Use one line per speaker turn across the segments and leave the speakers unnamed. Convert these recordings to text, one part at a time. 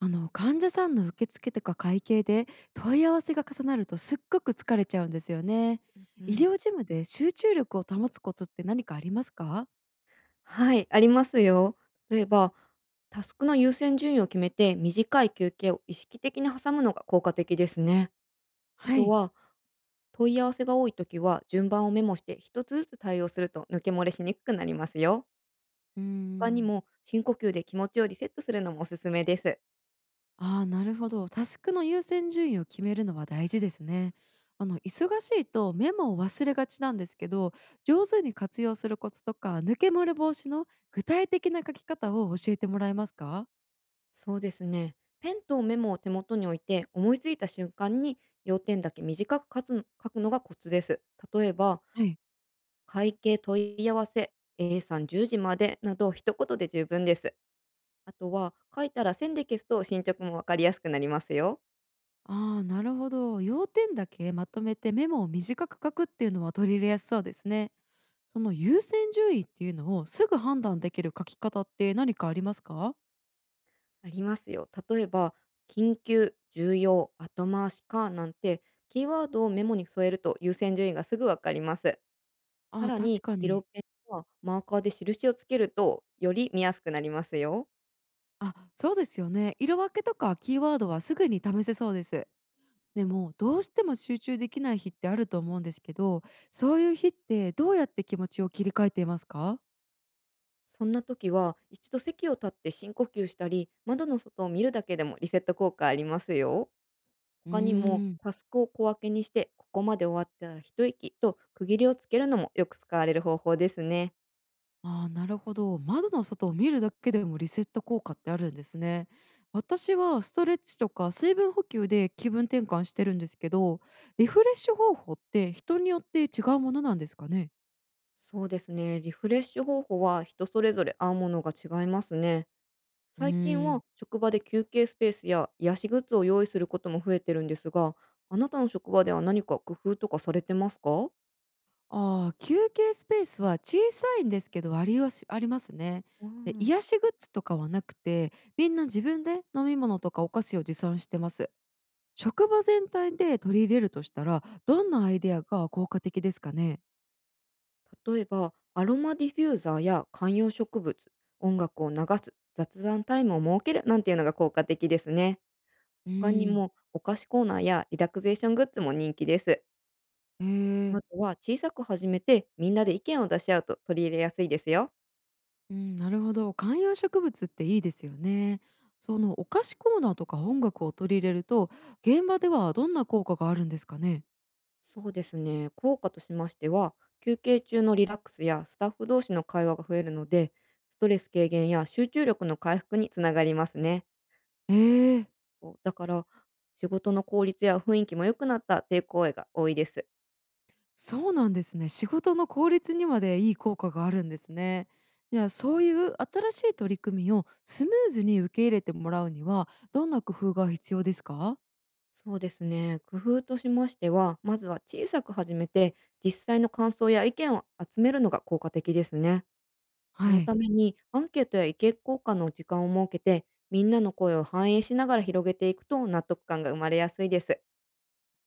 患者さんの受付とか会計で問い合わせが重なるとすっごく疲れちゃうんですよね。
う
医
ん、
療事務で集中力を保つコツって何かありますか？
はい、ありますよ。例えば、タスクの優先順位を決めて、短い休憩を意識的に挟むのが効果的ですね。あ
は
と
い。
は、問い合わせが多いときは、順番をメモして、一つずつ対応すると抜け漏れしにくくなりますよ。
うー
他に
ん。
も、深呼吸で気持ちをリセットするのもおすすめです。
ああー、なるほど。タスクの優先順位を決めるのは大事ですね。忙しいとメモを忘れがちなんですけど、上手に活用するコツとか抜け漏れ防止の具体的な書き方を教えてもらえますか？
そうですね。ペンとメモを手元に置いて、思いついた瞬間に要点だけ短く書くのがコツです。例えば、
はい。
会計問い合わせ、A さん10時までなど一言で十分です。あとは書いたら線で消すと進捗もわかりやすくなりますよ。
ああ、なるほど。要点だけまとめてメモを短く書くっていうのは取り入れやすそうですね。その優先順位っていうのをすぐ判断できる書き方って何かありますか？
ありますよ。例えば、緊急、重要、後回しかなんてキーワードをメモに添えると優先順位がすぐわかります。
あ
さ
あ、
ら
確
に、
か
色
に。
ペンはマーカーで印をつけるとより見やすくなりますよ。
あ、そうですよね。色分けとかキーワードはすぐに試せそうです。でも、どうしても集中できない日ってあると思うんですけど、そういう日ってどうやって気持ちを切り替えていますか？
そんな時は一度席を立って深呼吸したり、窓の外を見るだけでもリセット効果ありますよ。
うー
他にも
ん。
タスクを小分けにして、ここまで終わったら一息と区切りをつけるのもよく使われる方法ですね。
ああ、なるほど。窓の外を見るだけでもリセット効果ってあるんですね。私はストレッチとか水分補給で気分転換してるんですけど、リフレッシュ方法って人によって違うものなんですかね。
そうですね。リフレッシュ方法は人それぞれ合うものが違いますね。
うー
最近
ん、
は職場で休憩スペースや癒しグッズを用意することも増えてるんですが、あなたの職場では何か工夫とかされてますか？
ああ、休憩スペースは小さいんですけどありはしありますね。
う
で、
ん。
癒しグッズとかはなくて、みんな自分で飲み物とかお菓子を持参してます。職場全体で取り入れるとしたら、どんなアイデアが効果的ですかね。
例えば、アロマディフューザーや観葉植物、音楽を流す、雑談タイムを設けるなんていうのが効果的ですね。
う
他に
ん。
もお菓子コーナーやリラクゼーショングッズも人気です。
ええ、
まずは小さく始めてみんなで意見を出し合うと取り入れやすいですよ。
うん、なるほど。観葉植物っていいですよね。そのお菓子コーナーとか音楽を取り入れると、現場ではどんな効果があるんですかね。
そうですね。効果としましては、休憩中のリラックスやスタッフ同士の会話が増えるので、ストレス軽減や集中力の回復につながりますね。
ええ、
こうだから、仕事の効率や雰囲気も良くなったという声が多いです。
そうなんですね。仕事の効率にまでいい効果があるんですね。じゃあ、そういう新しい取り組みをスムーズに受け入れてもらうにはどんな工夫が必要ですか？
そうですね。工夫としましては、まずは小さく始めて、実際の感想や意見を集めるのが効果的ですね。こ
は
の
い。
ためにアンケートや意見交換の時間を設けて、みんなの声を反映しながら広げていくと納得感が生まれやすいです。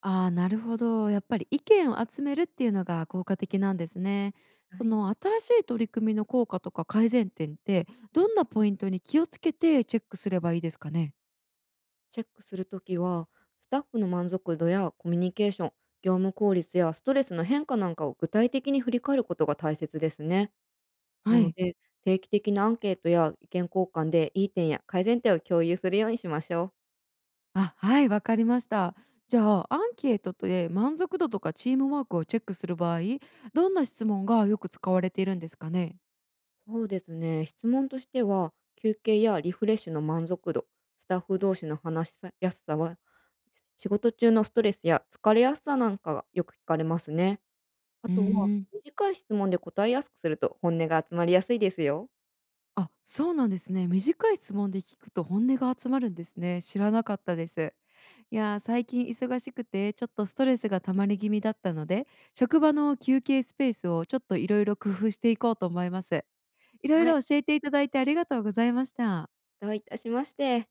ああ、なるほど。やっぱり意見を集めるっていうのが効果的なんですね。
は
そ
い。
の新しい取り組みの効果とか改善点ってどんなポイントに気をつけてチェックすればいいですかね？
チェックするときは、スタッフの満足度やコミュニケーション、業務効率やストレスの変化なんかを具体的に振り返ることが大切ですね。な
は
の
い。
で、定期的なアンケートや意見交換でいい点や改善点を共有するようにしましょう。
あ、はい、わかりました。じゃあ、アンケートで満足度とかチームワークをチェックする場合、どんな質問がよく使われているんですかね？
そうですね。質問としては、休憩やリフレッシュの満足度、スタッフ同士の話しやすさ、仕事中のストレスや疲れやすさなんかがよく聞かれますね。あ
う
とは、
ーん。
短い質問で答えやすくすると本音が集まりやすいですよ。
あ、そうなんですね。短い質問で聞くと本音が集まるんですね。知らなかったです。いやー、最近忙しくて、ちょっとストレスが溜まり気味だったので、職場の休憩スペースをちょっといろいろ工夫していこうと思います。いろい
はい、
ろ教えていただいてありがとうございました。
どういたしまして。